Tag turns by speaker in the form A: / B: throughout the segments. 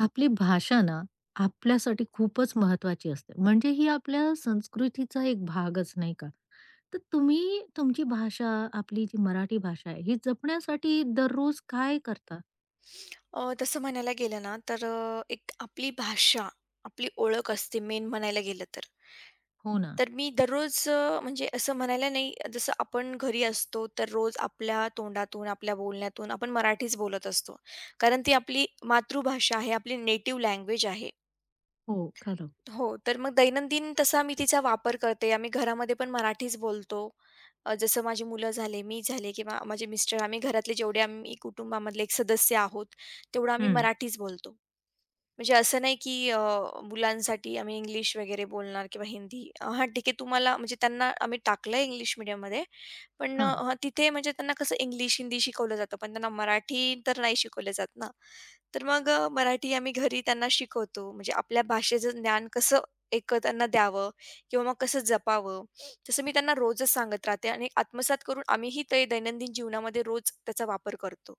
A: आपली भाषा ना, आपल्यासाठी खूपच महत्वाची असते. म्हणजे ही आपल्या संस्कृतीचा एक भागच, नाही का? तर तुम्ही तुमची भाषा, आपली जी मराठी भाषा आहे, ही जपण्यासाठी दररोज काय करता?
B: तसं म्हणायला गेलं ना तर एक आपली भाषा, आपली ओळख असते मेन म्हणायला गेलं तर.
A: हो ना.
B: तर मी दररोज म्हणजे असं म्हणायला नाही जसं आपण घरी असतो तर रोज आपल्या तोंडातून, आपल्या बोलण्यातून आपण मराठीच बोलत असतो. कारण ती आपली मातृभाषा आहे, आपली नेटिव्ह लँग्वेज आहे.
A: हो, खरं.
B: हो, तर मग दैनंदिन तसा मी तिचा वापर करते. आम्ही घरामध्ये पण मराठीच बोलतो. जसं माझी मुलं झाले, मी झाले किंवा माझे मिस्टर, आम्ही घरातले जेवढे आम्ही कुटुंबामधले एक सदस्य आहोत, तेवढं आम्ही
A: हं.
B: मराठीच बोलतो. म्हणजे असं नाही की मुलांसाठी आम्ही इंग्लिश वगैरे बोलणार किंवा हिंदी. हां, ठीक आहे तुम्हाला म्हणजे त्यांना आम्ही टाकलंय इंग्लिश मीडियममध्ये. पण
A: हां.
B: तिथे म्हणजे त्यांना कसं इंग्लिश, हिंदी शिकवलं जातं, पण त्यांना मराठी तर नाही शिकवलं जात ना. तर मग मराठी आम्ही घरी त्यांना शिकवतो. म्हणजे आपल्या भाषेचं ज्ञान कसं एक त्यांना द्यावं किंवा मग कसं जपावं. तसं मी त्यांना रोजच सांगत राहते आणि आत्मसात करून आम्हीही ते दैनंदिन जीवनामध्ये रोज त्याचा वापर करतो.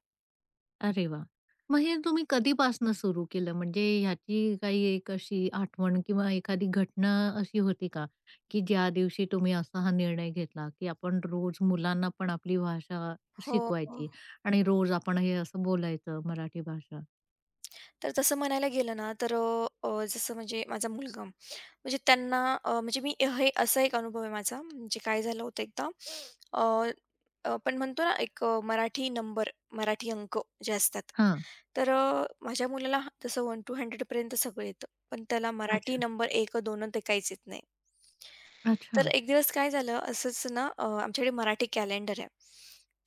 A: अरे वाह! मग हे तुम्ही कधीपासनं सुरू केलं? म्हणजे ह्याची काही एक अशी आठवण किंवा एखादी घटना अशी होती का, की ज्या दिवशी तुम्ही असा हा निर्णय घेतला, की आपण रोज मुलांना पण आपली भाषा
B: हो.
A: शिकवायची आणि रोज आपण हे असं बोलायचं मराठी भाषा?
B: तर तसं म्हणायला गेलं ना तर अ, अ, जसं म्हणजे माझा मुलगा म्हणजे त्यांना म्हणजे मी हे असा एक अनुभव आहे माझा म्हणजे काय झालं होतं एकदा अ, आपण म्हणतो ना एक मराठी नंबर मराठी अंक जे असतात
A: हां.
B: तर माझ्या मुलाला तसं वन टू हंड्रेड पर्यंत सगळं येतं पण त्याला मराठी
A: अच्छा.
B: नंबर एक दोन ते काहीच येत नाही.
A: अच्छा.
B: तर एक दिवस काय झालं असंच ना, आमच्याकडे मराठी कॅलेंडर आहे.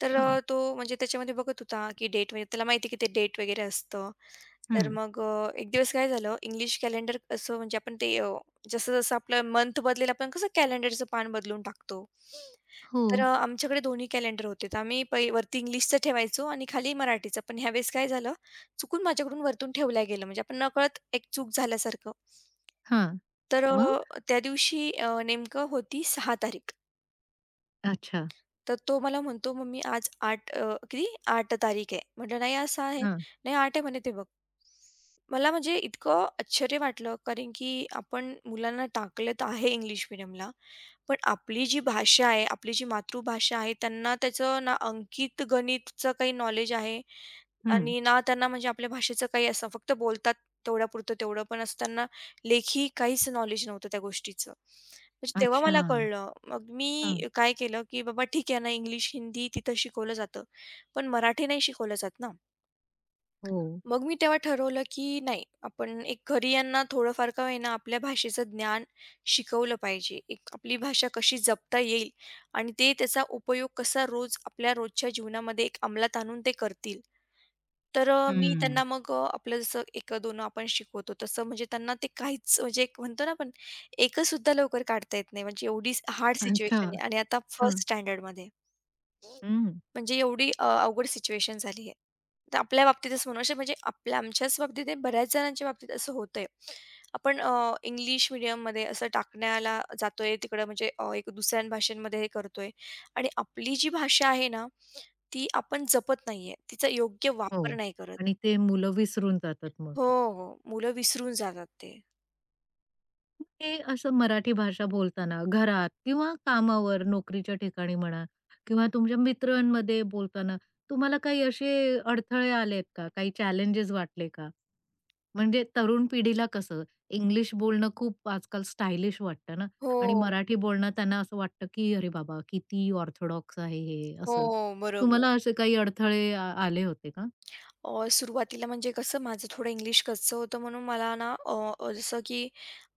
B: तर
A: हां.
B: तो म्हणजे त्याच्यामध्ये बघत होता की डेट वगैरे, त्याला माहिती की ते डेट वगैरे असतं. तर
A: हं.
B: मग एक दिवस काय झालं, इंग्लिश कॅलेंडर असं म्हणजे आपण ते जसं-जसं आपलं मंथ बदलेल, आपण कसं कॅलेंडरचं पान बदलून टाकतो.
A: हो.
B: तर आमच्याकडे दोन्ही कॅलेंडर होते. तर आम्ही पै वरती इंग्लिशचं ठेवायचो आणि खाली मराठीचं. पण ह्यावेळेस काय झालं, चुकून माझ्याकडून वरतून ठेवल्या गेलं. म्हणजे आपण नकळत एक चूक झाल्यासारखं.
A: हां.
B: तर
A: मग?
B: त्या दिवशी नेमकं होती 6 तारीख.
A: अच्छा.
B: तर तो मला म्हणतो, "मम्मी आज 8 अ, किती 8 तारीख आहे." म्हटलं, "नाही आज 6 आहे."
A: हां.
B: "नाही 8 आहे म्हणे ते बघ." मला म्हणजे इतकं आश्चर्य वाटलं, कारण की आपण मुलांना टाकलं तर आहे इंग्लिश मीडियमला, पण आपली जी भाषा आहे, आपली जी मातृभाषा आहे, त्यांना त्याचं ना अंकित गणितचं काही नॉलेज आहे
A: हं.
B: आणि ना त्यांना म्हणजे आपल्या भाषेचं काही, असं फक्त बोलतात तेवढ्यापुरतं तेवढं, पण असं त्यांना लेखी काहीच नॉलेज नव्हतं त्या गोष्टीचं. म्हणजे तेव्हा
A: अच्छा.
B: मला कळलं. मग
A: हां.
B: मी काय केलं, की बाबा ठीक आहे ना, इंग्लिश, हिंदी तिथं शिकवलं जातं, पण मराठी नाही शिकवलं जात ना.
A: हो.
B: मग मी तेव्हा ठरवलं, की नाही, आपण एक घरी यांना थोडंफार का होईना आपल्या भाषेचं ज्ञान शिकवलं पाहिजे. एक आपली भाषा कशी जपता येईल आणि ते त्याचा उपयोग कसा रोज आपल्या रोजच्या जीवनामध्ये एक अंमलात आणून ते करतील. तर मी
A: हं.
B: त्यांना मग आपलं जसं 1-2 आपण शिकवतो तसं म्हणजे त्यांना ते काहीच, म्हणजे एक म्हणतो ना आपण, एकच सुद्धा लवकर काढता येत नाही. म्हणजे एवढी हार्ड
A: अच्छा.
B: सिच्युएशन आहे आणि आता
A: हां.
B: फर्स्ट स्टँडर्डमध्ये.
A: हं.
B: म्हणजे एवढी अवघड सिच्युएशन झाली आहे. तर आपल्या बाबतीत असं म्हणू शकतो, म्हणजे आपल्या आमच्याच बाबतीत नाही, बऱ्याच जणांच्या बाबतीत असं होतंय. आपण इंग्लिश मीडियममध्ये असं टाकण्याला जातोय तिकडं म्हणजे एक दुसऱ्या भाषांमध्ये हे करतोय आणि आपली जी भाषा आहे ना, ती आपण जपत नाहीये. तिचा योग्य वापर
A: हो.
B: नाही करत.
A: आणि ते मुलं विसरून जातात मग.
B: हो, हो. मुलं विसरून जातात ते.
A: हे असं मराठी भाषा बोलताना घरात किंवा कामावर, नोकरीच्या ठिकाणी म्हणा किंवा तुमच्या मित्रांमध्ये बोलताना तुम्हाला काही असे अडथळे आलेत का? काही चॅलेंजेस वाटले का? म्हणजे तरुण पिढीला कसं इंग्लिश बोलणं खूप आजकाल स्टायलिश वाटतं ना आणि
B: हो,
A: मराठी बोलणं त्यांना असं वाटतं, की "अरे बाबा, किती ऑर्थोडॉक्स आहे हे." असं.
B: हो. बरोबर.
A: तुम्हाला असे काही अडथळे आले होते का?
B: सुरुवातीला म्हणजे कसं माझं थोडं इंग्लिश कच्चं होतं म्हणून मला ना अ, अ, जसं की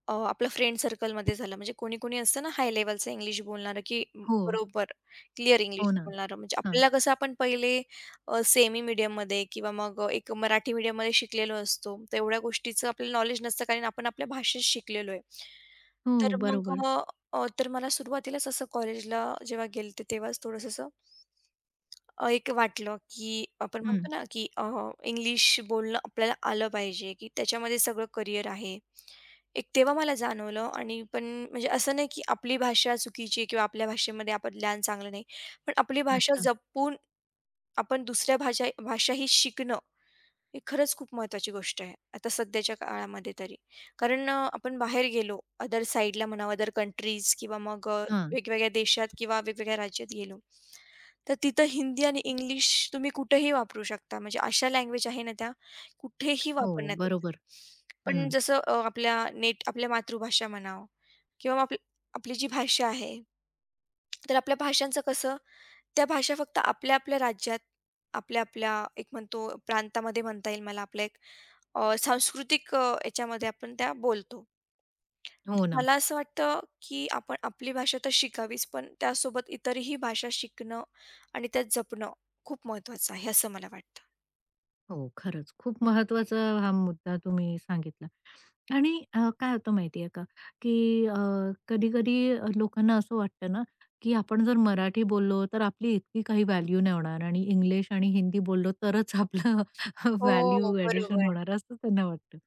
B: आपलं फ्रेंड सर्कलमध्ये झालं म्हणजे कोणी कोणी असतं ना हाय लेवलचं इंग्लिश बोलणारं की म,
A: हो.
B: बरोबर क्लिअर
A: हो
B: इंग्लिश
A: ना.
B: बोलणारं म्हणजे
A: हां.
B: आपल्याला कसं आपण पहिले सेमी मीडियममध्ये किंवा मग एक मराठी मीडियममध्ये शिकलेलो असतो तर एवढ्या गोष्टीचं आपल्याला नॉलेज नसतं कारण आपण आपल्या भाषेत शिकलेलो आहे.
A: हो,
B: तर मग
A: बरोबर.
B: अ, अ, तर मला सुरुवातीलाच असं कॉलेजला जेव्हा गेलते तेव्हाच थोडंसं असं एक वाटलं, की आपण म्हणतो ना, की इंग्लिश बोलणं आपल्याला आलं पाहिजे, की त्याच्यामध्ये सगळं करिअर आहे. एक तेव्हा मला जाणवलं आणि पण म्हणजे असं नाही, की आपली भाषा चुकीची आहे किंवा आपल्या भाषेमध्ये आपण ज्ञान चांगलं नाही. पण आपली भाषा
A: अच्छा.
B: जपून आपण दुसऱ्या भाषाही शिकणं हे खरंच खूप महत्त्वाची गोष्ट आहे, आता सध्याच्या काळामध्ये तरी. कारण आपण बाहेर गेलो, अदर साईडला म्हणा, अदर कंट्रीज किंवा मग
A: हां.
B: वेगवेगळ्या देशात किंवा वेगवेगळ्या राज्यात गेलो, तर तिथं हिंदी आणि इंग्लिश तुम्ही कुठेही वापरू शकता. म्हणजे अशा लँग्वेज आहे ना त्या, कुठेही
A: हो,
B: वापरण्यात येतात.
A: बरोबर.
B: पण
A: हं.
B: जसं आपल्या नेट आपल्या मातृभाषा म्हणावं किंवा मग आपली आपली जी भाषा आहे, तर आपल्या भाषांचं कसं, त्या भाषा फक्त आपल्या आपल्या राज्यात, आपल्या आपल्या एक म्हणतो प्रांतामध्ये म्हणता येईल मला आपलं एक सांस्कृतिक याच्यामध्ये आपण त्या बोलतो.
A: हो
B: तर
A: ना.
B: मला असं वाटतं, की आपण आपली भाषा तर शिकावीच, पण त्यासोबत इतरही भाषा शिकणं आणि त्या जपणं खूप महत्त्वाचं आहे, असं मला वाटतं.
A: हो, खरंच. खूप महत्वाचा हा मुद्दा तुम्ही सांगितला. आणि काय होतं माहितीये का, की कधी-कधी लोकांना असं वाटतं ना, की आपण जर मराठी बोललो, तर आपली इतकी काही व्हॅल्यू नाही होणार आणि इंग्लिश आणि हिंदी बोललो तरच आपलं
B: हो,
A: व्हॅल्यू ॲडिशन
B: बरोबर.
A: होणार असं त्यांना वाटतं.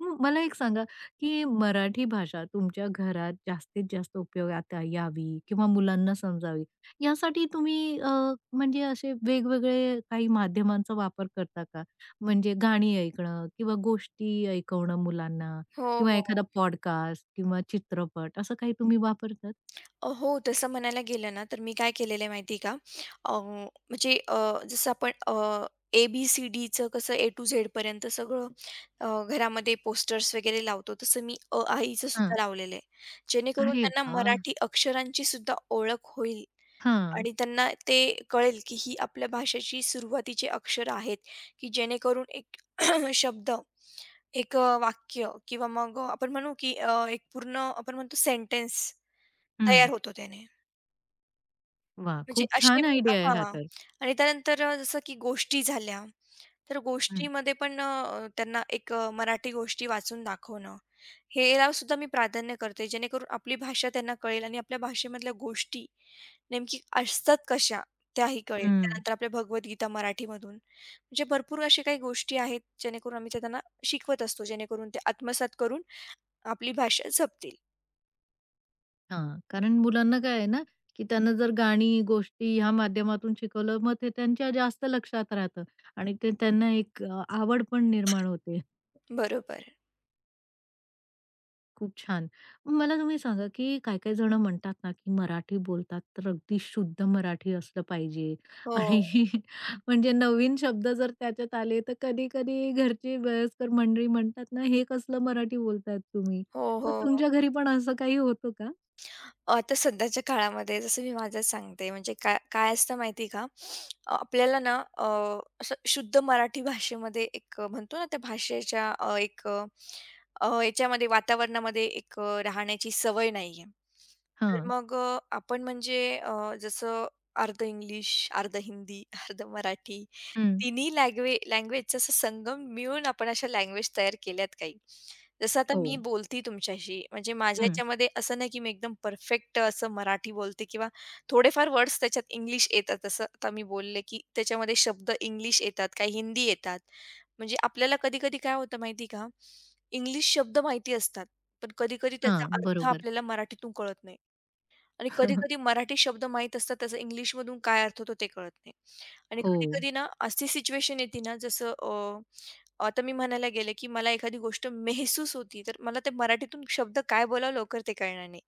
A: मग मला एक सांगा, की मराठी भाषा तुमच्या घरात जास्तीत जास्त उपयोगात यावी किंवा मुलांना समजावी, यासाठी तुम्ही म्हणजे असे वेगवेगळे काही माध्यमांचा वापर करता का? म्हणजे गाणी ऐकणं किंवा गोष्टी ऐकवणं मुलांना
B: हो,
A: किंवा
B: हो.
A: एखादा पॉडकास्ट किंवा चित्रपट असं काही तुम्ही वापरतात?
B: हो, तसं म्हणायला गेलं ना, तर मी काय केलेलं आहे माहिती आहे का? अ, म्हणजे अ, जसं आपण ए-बी-सी-डीचं कसं ए टू झेडपर्यंत सगळं घरामध्ये पोस्टर्स वगैरे लावतो, तसं मी अ, आ, ईचं सुद्धा
A: हां.
B: लावलेलं आहे. जेणेकरून
A: अरे
B: त्यांना
A: वाह!
B: मराठी अक्षरांची सुद्धा ओळख होईल
A: हां.
B: आणि त्यांना ते कळेल, की ही आपल्या भाषेची सुरुवातीची अक्षरं आहेत, की जेणेकरून एक शब्द, एक वाक्य किंवा मग आपण म्हणू, की एक पूर्ण आपण म्हणतो सेंटेन्स
A: हं.
B: तयार होतो त्याने.
A: वाह!
B: म्हणजे
A: खूप
B: असे
A: छान
B: मी,
A: आयडिया आहे हा
B: हां.
A: तर.
B: आणि त्यानंतर जसं की गोष्टी झाल्या, तर
A: हं,
B: गोष्टीमध्ये पण त्यांना एक मराठी गोष्टी वाचून दाखवणं, ह्याला सुद्धा मी प्राधान्य करते. जेणेकरून आपली भाषा त्यांना कळेल आणि आपल्या भाषेमधल्या गोष्टी नेमकी असतात कशा, त्याही कळेल.
A: हं.
B: त्यानंतर आपल्या भगवद्गीता मराठीमधून, म्हणजे भरपूर अशा काही गोष्टी आहेत, जेणेकरून आम्ही ते त्यांना शिकवत असतो. जेणेकरून ते आत्मसात करून आपली भाषा जपतील.
A: हां. कारण मुलांना काय आहे ना, की त्यांना जर गाणी, गोष्टी ह्या माध्यमातून शिकवलं, मग ते त्यांच्या जास्त लक्षात राहतं आणि ते त्यांना एक आवड पण निर्माण होते.
B: बरोबर.
A: खूप छान. मग मला तुम्ही सांगा, की काही-काही जण म्हणतात ना, की मराठी बोलतात तर अगदी शुद्ध मराठी असलं पाहिजे
B: हो.
A: आणि म्हणजे नवीन शब्द जर त्याच्यात आले, तर कधी-कधी घरची वयस्कर मंडळी म्हणतात ना, "हे कसलं मराठी बोलतायत तुम्ही?"
B: हो,
A: तर
B: हो, हो.
A: तुमच्या घरी पण असं काही होतं का?
B: आता सध्याच्या काळामध्ये जसं मी माझं सांगते म्हणजे काय काय असतं माहिती का? आपल्याला ना असं शुद्ध मराठी भाषेमध्ये एक म्हणतो ना त्या भाषेच्या अ, एक अ, अ, याच्यामध्ये वातावरणामध्ये एक राहण्याची सवय नाहीये. तर
A: हां.
B: मग आपण म्हणजे जसं अर्ध इंग्लिश, अर्ध हिंदी, अर्ध मराठी,
A: हं.
B: तिन्ही लँग्वेजचा असा संगम मिळून आपण अशा लँग्वेज तयार केल्यात काही. जसं आता
A: हो.
B: मी बोलते तुमच्याशी, म्हणजे माझ्या
A: हं.
B: ह्याच्यामध्ये असं नाही, की मी एकदम परफेक्ट असं मराठी बोलते किंवा थोडेफार वर्ड्स त्याच्यात इंग्लिश येतात. असं आता मी बोलले, की त्याच्यामध्ये शब्द इंग्लिश येतात, काही हिंदी येतात. म्हणजे आपल्याला कधी-कधी काय होतं माहिती का? इंग्लिश शब्द माहिती असतात, पण कधी-कधी त्याचा
A: हां,
B: अर्थ
A: बरोबर.
B: आपल्याला मराठीतून कळत नाही. आणि कधी-कधी मराठी शब्द माहीत असतात, त्याचा इंग्लिशमधून काय अर्थ होतो ते कळत नाही. आणि
A: हो.
B: कधी-कधी ना अशी सिच्युएशन येते ना जसं आता मी म्हणायला गेले, की मला एखादी गोष्ट मेहसूस होती, तर मला ते मराठीतून शब्द काय बोलावं लवकर ते कळणार नाही.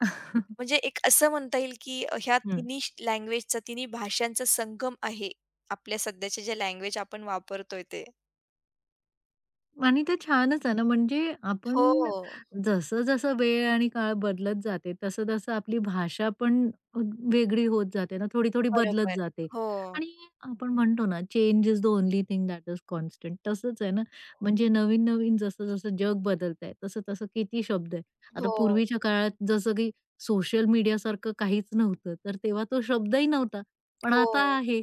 B: म्हणजे एक असं म्हणता येईल, की ह्या
A: हम्म
B: तिन्ही लँग्वेजचा, तिन्ही भाषांचा संगम आहे, आपल्या सध्याच्या ज्या लँग्वेज आपण वापरतोय ते.
A: आणि ते छानच आहे ना, म्हणजे आपण
B: हो,
A: जसं-जसं वेळ आणि काळ बदलत जाते, तसं-तसं आपली भाषा पण अ, वेगळी होत जाते ना, थोडी-थोडी बदलत
B: बरोबर.
A: जाते.
B: हो.
A: आणि आपण म्हणतो ना, change is the only thing that is constant. तसंच आहे ना, म्हणजे नवीन-नवीन जसं-जसं जग बदलत आहे, तसं-तसं किती शब्द आहे. आता
B: हो,
A: पूर्वीच्या काळात जसं की सोशल मीडियासारखं काहीच नव्हतं, तर तेव्हा तो शब्दही नव्हता, पण आता
B: हो.
A: आहे.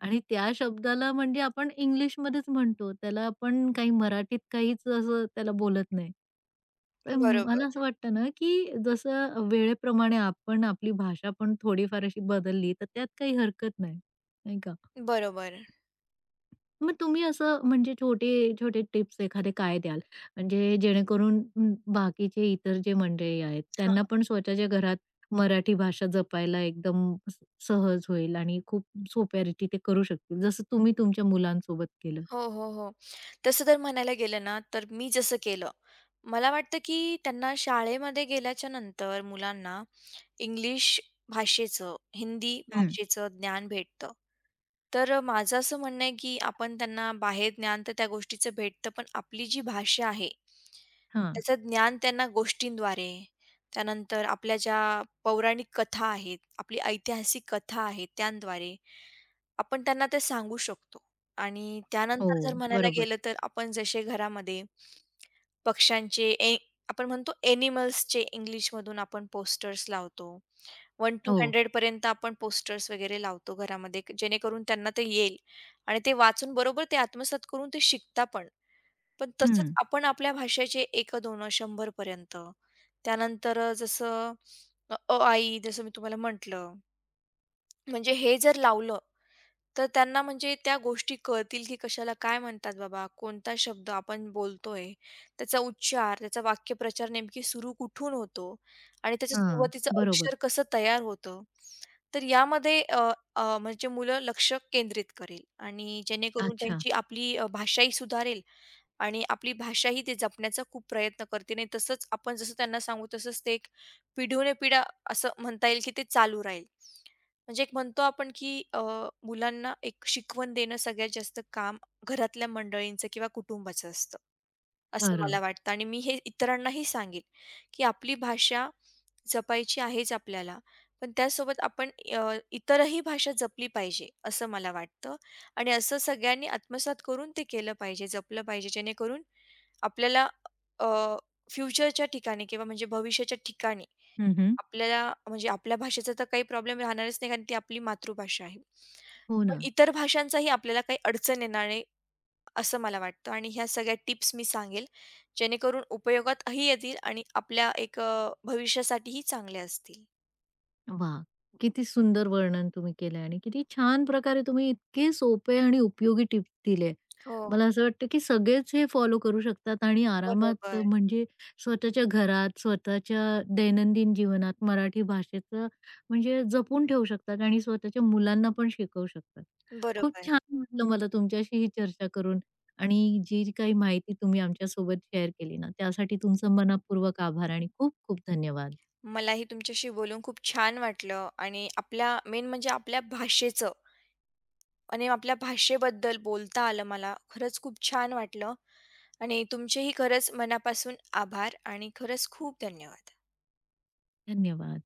A: आणि त्या शब्दाला म्हणजे आपण इंग्लिशमध्येच म्हणतो. त्याला आपण काही मराठीत काहीच असं त्याला बोलत नाही. तर
B: बरोबर,
A: मला असं वाटतं ना, की जसं वेळेप्रमाणे आपण आपली भाषा पण थोडीफार अशी बदलली, तर त्यात काही हरकत नाही, नाही का?
B: बरोबर.
A: मग तुम्ही असं म्हणजे छोटे-छोटे टिप्स एखादे काय द्याल? म्हणजे जेणेकरून बाकीचे इतर जे मंडळी आहेत, त्यांना पण स्वतःच्या घरात मराठी भाषा जपायला एकदम स सहज होईल आणि खूप सोप्या रीती ते करू शकतील, जसं तुम्ही तुमच्या मुलांसोबत केलं?
B: हो, हो, हो. तसं तर म्हणायला गेलं ना, तर मी जसं केलं. मला वाटतं, की त्यांना शाळेमध्ये गेल्याच्यानंतर मुलांना इंग्लिश भाषेचं, हिंदी
A: हं,
B: भाषेचं ज्ञान भेटतं. तर माझं असं म्हणणं आहे, की आपण त्यांना बाहेर ज्ञान तर त्या गोष्टीचं भेटतं, पण आपली जी भाषा आहे,
A: हां.
B: त्याचं ज्ञान त्यांना गोष्टींद्वारे, त्यानंतर आपल्या ज्या पौराणिक कथा आहेत, आपली ऐतिहासिक कथा आहेत, त्यांद्वारे आपण त्यांना ते सांगू शकतो. आणि त्यानंतर जर
A: हो.
B: म्हणायला
A: बरोबर.
B: गेलं, तर आपण जसे घरामध्ये पक्ष्यांचे आपण म्हणतो एनिमल्सचे इंग्लिशमधून आपण पोस्टर्स लावतो. 1 to
A: हो.
B: 100 पर्यंत आपण पोस्टर्स वगैरे लावतो घरामध्ये जेणेकरून त्यांना ते येईल आणि ते वाचून बरोबर ते आत्मसात करून ते शिकता पण. पण तसंच
A: हं.
B: आपण आपल्या भाषेचे एक 2, 100 पर्यंत. त्यानंतर जसं अ, आ, इ जसं मी तुम्हाला म्हटलं. म्हणजे हे जर लावलं तर त्यांना म्हणजे त्या गोष्टी कळतील, की कशाला काय म्हणतात बाबा, कोणता शब्द आपण बोलतोय, त्याचा उच्चार, त्याचा वाक्यप्रचार नेमकी सुरू कुठून होतो आणि त्याच्या
A: हां,
B: सुरुवातीचं
A: बरोबर.
B: अक्षर कसं तयार होतं. तर यामध्ये अ, अ, म्हणजे मुलं लक्ष केंद्रित करेल आणि जेणेकरून
A: अच्छा.
B: त्यांची आपली भाषाही सुधारेल आणि आपली भाषाही ते जपण्याचा खूप प्रयत्न करते आणि तसंच आपण जसं त्यांना सांगू तसंच ते एक पिढीवने पिढ्या असं म्हणता येईल की ते चालू राहील. म्हणजे एक म्हणतो आपण की मुलांना एक शिकवण देणं सगळ्यात जास्त काम घरातल्या मंडळींचं किंवा कुटुंबाचं असतं, असं
A: खरं.
B: मला वाटतं आणि मी हे इतरांनाही सांगेल की आपली भाषा जपायची आहेच आपल्याला, पण त्यासोबत आपण इतरही भाषा जपली पाहिजे असं मला वाटतं आणि असं सगळ्यांनी आत्मसात करून ते केलं पाहिजे, जपलं पाहिजे. जेणेकरून आपल्याला अ, फ्युचरच्या ठिकाणी किंवा म्हणजे भविष्याच्या ठिकाणी
A: हं, हं.
B: आपल्याला म्हणजे आपल्या भाषेचा तर काही प्रॉब्लेम राहणारच नाही कारण ती आपली मातृभाषा आहे.
A: हो
B: पण
A: ना.
B: इतर भाषांचाही आपल्याला काही अडचण येणार नाही असं मला वाटतं आणि ह्या सगळ्या टिप्स मी सांगेल, जेणेकरून उपयोगातही येतील आणि आपल्या एक भविष्यासाठीही चांगल्या असतील.
A: वाह! किती सुंदर वर्णन तुम्ही केलंय आणि किती छान प्रकारे तुम्ही इतके सोपे आणि उपयोगी टिप्स दिले.
B: हो,
A: मला असं वाटतं की सगळेच हे फॉलो करू शकतात आणि आरामात
B: बरोबर,
A: म्हणजे स्वतःच्या घरात, स्वतःच्या दैनंदिन जीवनात मराठी भाषेचं म्हणजे जपून ठेवू शकतात आणि स्वतःच्या मुलांना पण शिकवू शकतात. खूप
B: बरोबर.
A: छान वाटलं मला तुमच्याशी ही चर्चा करून आणि जी काही माहिती तुम्ही आमच्यासोबत शेअर केली ना, त्यासाठी तुमचं मनःपूर्वक आभार आणि खूप खूप धन्यवाद.
B: मलाही तुमच्याशी बोलून खूप छान वाटलं आणि आपल्या मेन म्हणजे आपल्या भाषेचं आणि आपल्या भाषेबद्दल बोलता आलं मला. खरंच खूप छान वाटलं आणि तुमचेही खरंच मनापासून आभार आणि खरंच खूप धन्यवाद.
A: धन्यवाद.